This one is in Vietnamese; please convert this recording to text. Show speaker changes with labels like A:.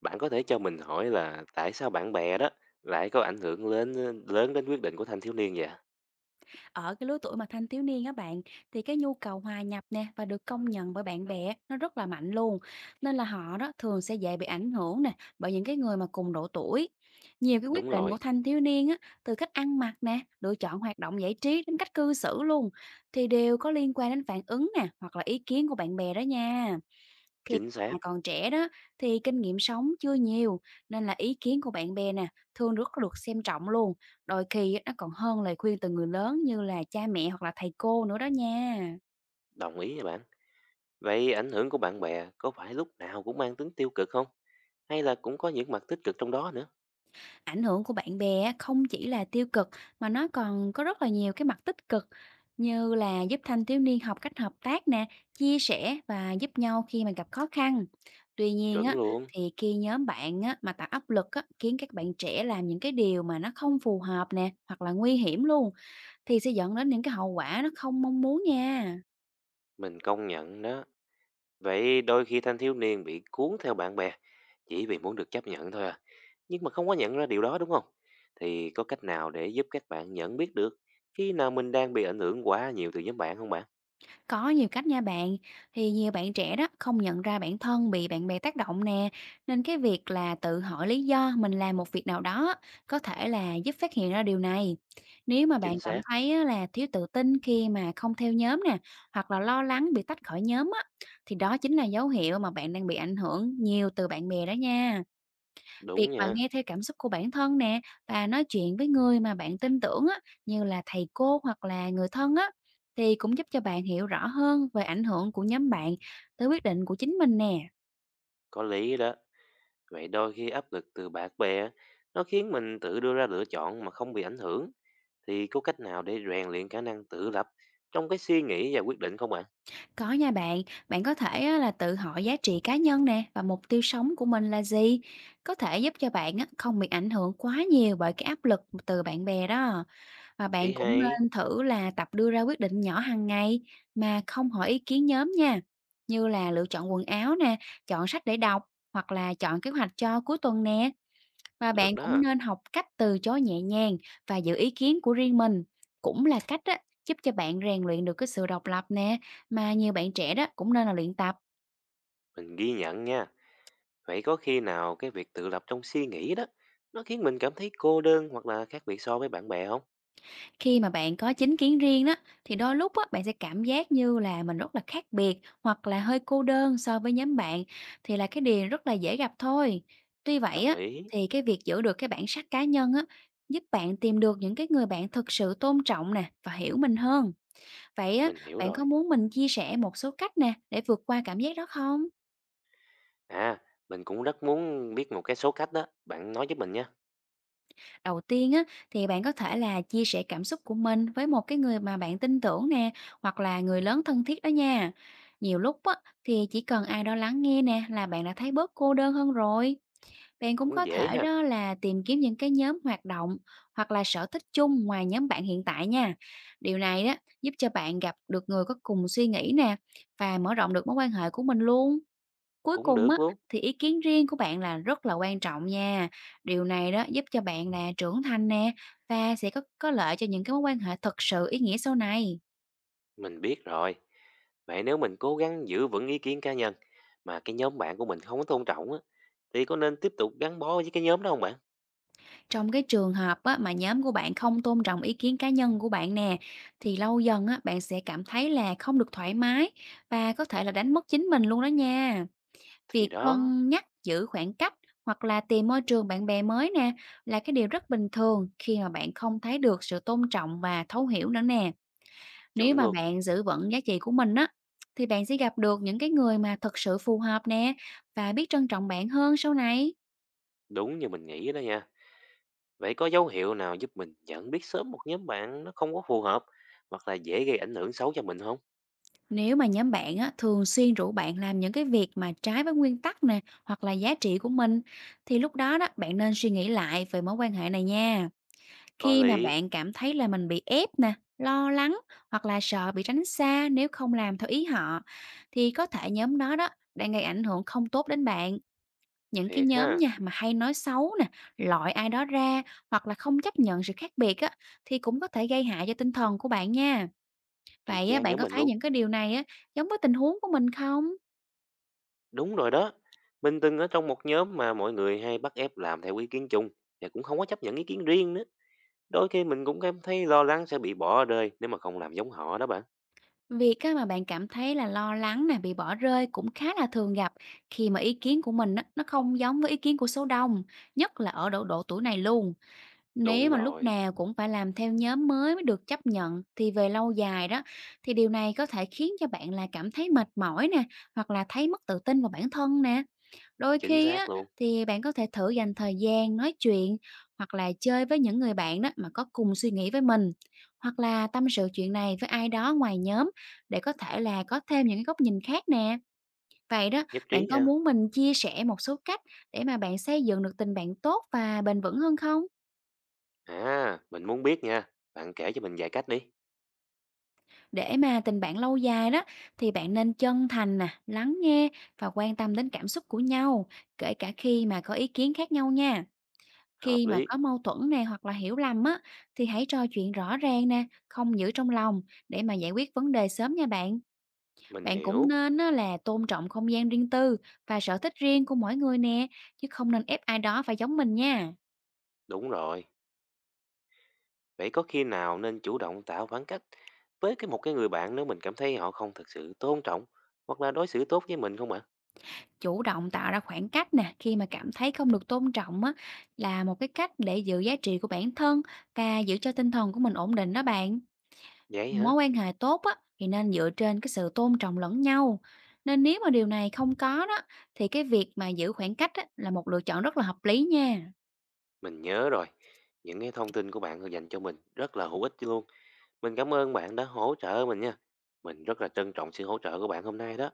A: Bạn có thể cho mình hỏi là tại sao bạn bè đó lại có ảnh hưởng lớn lớn đến quyết định của thanh thiếu niên vậy?
B: Ở cái lứa tuổi mà thanh thiếu niên á bạn, thì cái nhu cầu hòa nhập nè và được công nhận bởi bạn bè nó rất là mạnh luôn. Nên là họ đó thường sẽ dễ bị ảnh hưởng nè bởi những cái người mà cùng độ tuổi. Nhiều cái quyết
A: Đúng
B: định
A: rồi,
B: của thanh thiếu niên á, từ cách ăn mặc nè, lựa chọn hoạt động giải trí đến cách cư xử luôn thì đều có liên quan đến phản ứng nè hoặc là ý kiến của bạn bè đó nha. Khi
A: chính xác,
B: mà còn trẻ đó thì kinh nghiệm sống chưa nhiều, nên là ý kiến của bạn bè nè thường rất được xem trọng luôn, đôi khi á, nó còn hơn lời khuyên từ người lớn như là cha mẹ hoặc là thầy cô nữa đó nha.
A: đồng ý nha bạn. Vậy ảnh hưởng của bạn bè có phải lúc nào cũng mang tính tiêu cực không? Hay là cũng có những mặt tích cực trong đó nữa?
B: Ảnh hưởng của bạn bè không chỉ là tiêu cực mà nó còn có rất là nhiều cái mặt tích cực, như là giúp thanh thiếu niên học cách hợp tác nè, chia sẻ và giúp nhau khi mà gặp khó khăn. Tuy nhiên
A: Chuẩn
B: á,
A: luôn,
B: thì khi nhóm bạn á mà tạo áp lực á khiến các bạn trẻ làm những cái điều mà nó không phù hợp nè hoặc là nguy hiểm luôn, thì sẽ dẫn đến những cái hậu quả nó không mong muốn nha.
A: mình công nhận đó. Vậy đôi khi thanh thiếu niên bị cuốn theo bạn bè chỉ vì muốn được chấp nhận thôi à. Nhưng mà không có nhận ra điều đó đúng không? Thì có cách nào để giúp các bạn nhận biết được khi nào mình đang bị ảnh hưởng quá nhiều từ nhóm bạn không bạn?
B: Có nhiều cách nha bạn, thì nhiều bạn trẻ đó không nhận ra bản thân bị bạn bè tác động nè, nên cái việc là tự hỏi lý do mình làm một việc nào đó có thể là giúp phát hiện ra điều này. Nếu mà bạn
A: Chính
B: cảm
A: xác,
B: thấy á, là thiếu tự tin khi mà không theo nhóm nè, hoặc là lo lắng bị tách khỏi nhóm á, thì đó chính là dấu hiệu mà bạn đang bị ảnh hưởng nhiều từ bạn bè đó nha. Việc
A: đúng
B: mà
A: nha.
B: nghe theo cảm xúc của bản thân nè và nói chuyện với người mà bạn tin tưởng á, như là thầy cô hoặc là người thân á, thì cũng giúp cho bạn hiểu rõ hơn về ảnh hưởng của nhóm bạn tới quyết định của chính mình nè.
A: Có lý đó. Vậy đôi khi áp lực từ bạn bè nó khiến mình tự đưa ra lựa chọn mà không bị ảnh hưởng. Thì có cách nào để rèn luyện khả năng tự lập trong cái suy nghĩ và quyết định không ạ?
B: Có nha bạn, bạn có thể á, là tự hỏi giá trị cá nhân nè và mục tiêu sống của mình là gì. Có thể giúp cho bạn á, không bị ảnh hưởng quá nhiều bởi cái áp lực từ bạn bè đó. Và
A: Ý
B: bạn cũng
A: hay.
B: nên thử là tập đưa ra quyết định nhỏ hàng ngày mà không hỏi ý kiến nhóm nha, như là lựa chọn quần áo nè, chọn sách để đọc hoặc là chọn kế hoạch cho cuối tuần nè. Và
A: Được
B: bạn cũng
A: đó.
B: nên học cách từ chối nhẹ nhàng và giữ ý kiến của riêng mình. Cũng là cách á, giúp cho bạn rèn luyện được cái sự độc lập nè, mà nhiều bạn trẻ đó cũng nên là luyện tập.
A: Mình ghi nhận nha. Vậy có khi nào cái việc tự lập trong suy nghĩ đó nó khiến mình cảm thấy cô đơn hoặc là khác biệt so với bạn bè không?
B: Khi mà bạn có chính kiến riêng đó thì đôi lúc á, bạn sẽ cảm giác như là mình rất là khác biệt hoặc là hơi cô đơn so với nhóm bạn, thì là cái điều rất là dễ gặp thôi. Tuy vậy
A: Đồng
B: á,
A: ý.
B: thì cái việc giữ được cái bản sắc cá nhân á giúp bạn tìm được những cái người bạn thực sự tôn trọng nè và hiểu mình hơn. Vậy á,
A: Mình hiểu
B: bạn
A: rồi.
B: có muốn mình chia sẻ một số cách nè để vượt qua cảm giác đó không?
A: À, mình cũng rất muốn biết một cái số cách đó. Bạn nói giúp mình nha.
B: Đầu tiên á, thì bạn có thể là chia sẻ cảm xúc của mình với một cái người mà bạn tin tưởng nè, hoặc là người lớn thân thiết đó nha. Nhiều lúc á, thì chỉ cần ai đó lắng nghe nè là bạn đã thấy bớt cô đơn hơn rồi. Bạn cũng
A: Cũng
B: có
A: dễ
B: thể
A: ha.
B: đó là tìm kiếm những cái nhóm hoạt động hoặc là sở thích chung ngoài nhóm bạn hiện tại nha. Điều này đó giúp cho bạn gặp được người có cùng suy nghĩ nè và mở rộng được mối quan hệ của mình luôn. Cuối
A: Cũng
B: cùng
A: được
B: á,
A: luôn.
B: thì ý kiến riêng của bạn là rất là quan trọng nha. Điều này đó giúp cho bạn là trưởng thành nè và sẽ có lợi cho những cái mối quan hệ thật sự ý nghĩa sau này.
A: Mình biết rồi. Vậy nếu mình cố gắng giữ vững ý kiến cá nhân mà cái nhóm bạn của mình không có tôn trọng á, thì có nên tiếp tục gắn bó với cái nhóm đó không bạn?
B: Trong cái trường hợp á, mà nhóm của bạn không tôn trọng ý kiến cá nhân của bạn nè, thì lâu dần á, bạn sẽ cảm thấy là không được thoải mái và có thể là đánh mất chính mình luôn đó nha.
A: Thì
B: Việc
A: đó,
B: cân nhắc giữ khoảng cách hoặc là tìm môi trường bạn bè mới nè là cái điều rất bình thường khi mà bạn không thấy được sự tôn trọng và thấu hiểu nữa nè. Nếu
A: chuẩn
B: mà
A: luôn.
B: bạn giữ vững giá trị của mình á, thì bạn sẽ gặp được những cái người mà thật sự phù hợp nè và biết trân trọng bạn hơn sau này.
A: Đúng như mình nghĩ đó nha. Vậy có dấu hiệu nào giúp mình nhận biết sớm một nhóm bạn nó không có phù hợp hoặc là dễ gây ảnh hưởng xấu cho mình không?
B: Nếu mà nhóm bạn á, thường xuyên rủ bạn làm những cái việc mà trái với nguyên tắc nè hoặc là giá trị của mình, thì lúc đó đó bạn nên suy nghĩ lại về mối quan hệ này nha.
A: Có
B: Khi mà
A: lý,
B: bạn cảm thấy là mình bị ép nè, lo lắng hoặc là sợ bị tránh xa nếu không làm theo ý họ, thì có thể nhóm đó đó đang gây ảnh hưởng không tốt đến bạn. Những cái
A: thiệt
B: nhóm
A: ha,
B: nha mà hay nói xấu nè, loại ai đó ra hoặc là không chấp nhận sự khác biệt á, thì cũng có thể gây hại cho tinh thần của bạn nha.
A: y
B: Vậy á,
A: chang
B: bạn
A: nhóm
B: có
A: mình
B: thấy
A: luôn.
B: những cái điều này á giống với tình huống của mình không?
A: Đúng rồi đó. Mình từng ở trong một nhóm mà mọi người hay bắt ép làm theo ý kiến chung và cũng không có chấp nhận ý kiến riêng nữa. Đôi khi mình cũng cảm thấy lo lắng sẽ bị bỏ rơi nếu mà không làm giống họ đó bạn.
B: Việc á mà bạn cảm thấy là lo lắng nè, bị bỏ rơi cũng khá là thường gặp khi mà ý kiến của mình á nó không giống với ý kiến của số đông, nhất là ở độ độ tuổi này luôn. Nếu
A: Đúng
B: mà lúc
A: rồi,
B: nào cũng phải làm theo nhóm mới mới được chấp nhận thì về lâu dài đó, thì điều này có thể khiến cho bạn là cảm thấy mệt mỏi nè hoặc là thấy mất tự tin vào bản thân nè. Đôi
A: chính
B: khi
A: xác
B: á,
A: luôn,
B: thì bạn có thể thử dành thời gian nói chuyện hoặc là chơi với những người bạn đó mà có cùng suy nghĩ với mình, hoặc là tâm sự chuyện này với ai đó ngoài nhóm để có thể là có thêm những cái góc nhìn khác nè. Vậy đó,
A: nhất trí
B: bạn có
A: nha.
B: muốn mình chia sẻ một số cách để mà bạn xây dựng được tình bạn tốt và bền vững hơn không?
A: À, mình muốn biết nha, bạn kể cho mình vài cách đi.
B: Để mà tình bạn lâu dài đó thì bạn nên chân thành nè, lắng nghe và quan tâm đến cảm xúc của nhau, kể cả khi mà có ý kiến khác nhau nha.
A: Hợp
B: Khi mà
A: lý,
B: có mâu thuẫn nè hoặc là hiểu lầm á, thì hãy trò chuyện rõ ràng nè, không giữ trong lòng, để mà giải quyết vấn đề sớm nha bạn.
A: mình
B: Bạn cũng
A: hiểu.
B: nên á, là tôn trọng không gian riêng tư và sở thích riêng của mỗi người nè, chứ không nên ép ai đó phải giống mình nha.
A: Đúng rồi, vậy có khi nào nên chủ động tạo khoảng cách với một người bạn nếu mình cảm thấy họ không thực sự tôn trọng hoặc là đối xử tốt với mình không ạ?
B: Chủ động tạo ra khoảng cách nè, khi mà cảm thấy không được tôn trọng á, là một cái cách để giữ giá trị của bản thân và giữ cho tinh thần của mình ổn định đó bạn.
A: Vậy hả?
B: Mối quan hệ tốt á, thì nên dựa trên cái sự tôn trọng lẫn nhau. Nên nếu mà điều này không có đó, thì cái việc mà giữ khoảng cách á, là một lựa chọn rất là hợp lý nha.
A: Mình nhớ rồi. Những cái thông tin của bạn dành cho mình rất là hữu ích luôn. Mình cảm ơn bạn đã hỗ trợ mình nha. Mình rất là trân trọng sự hỗ trợ của bạn hôm nay đó.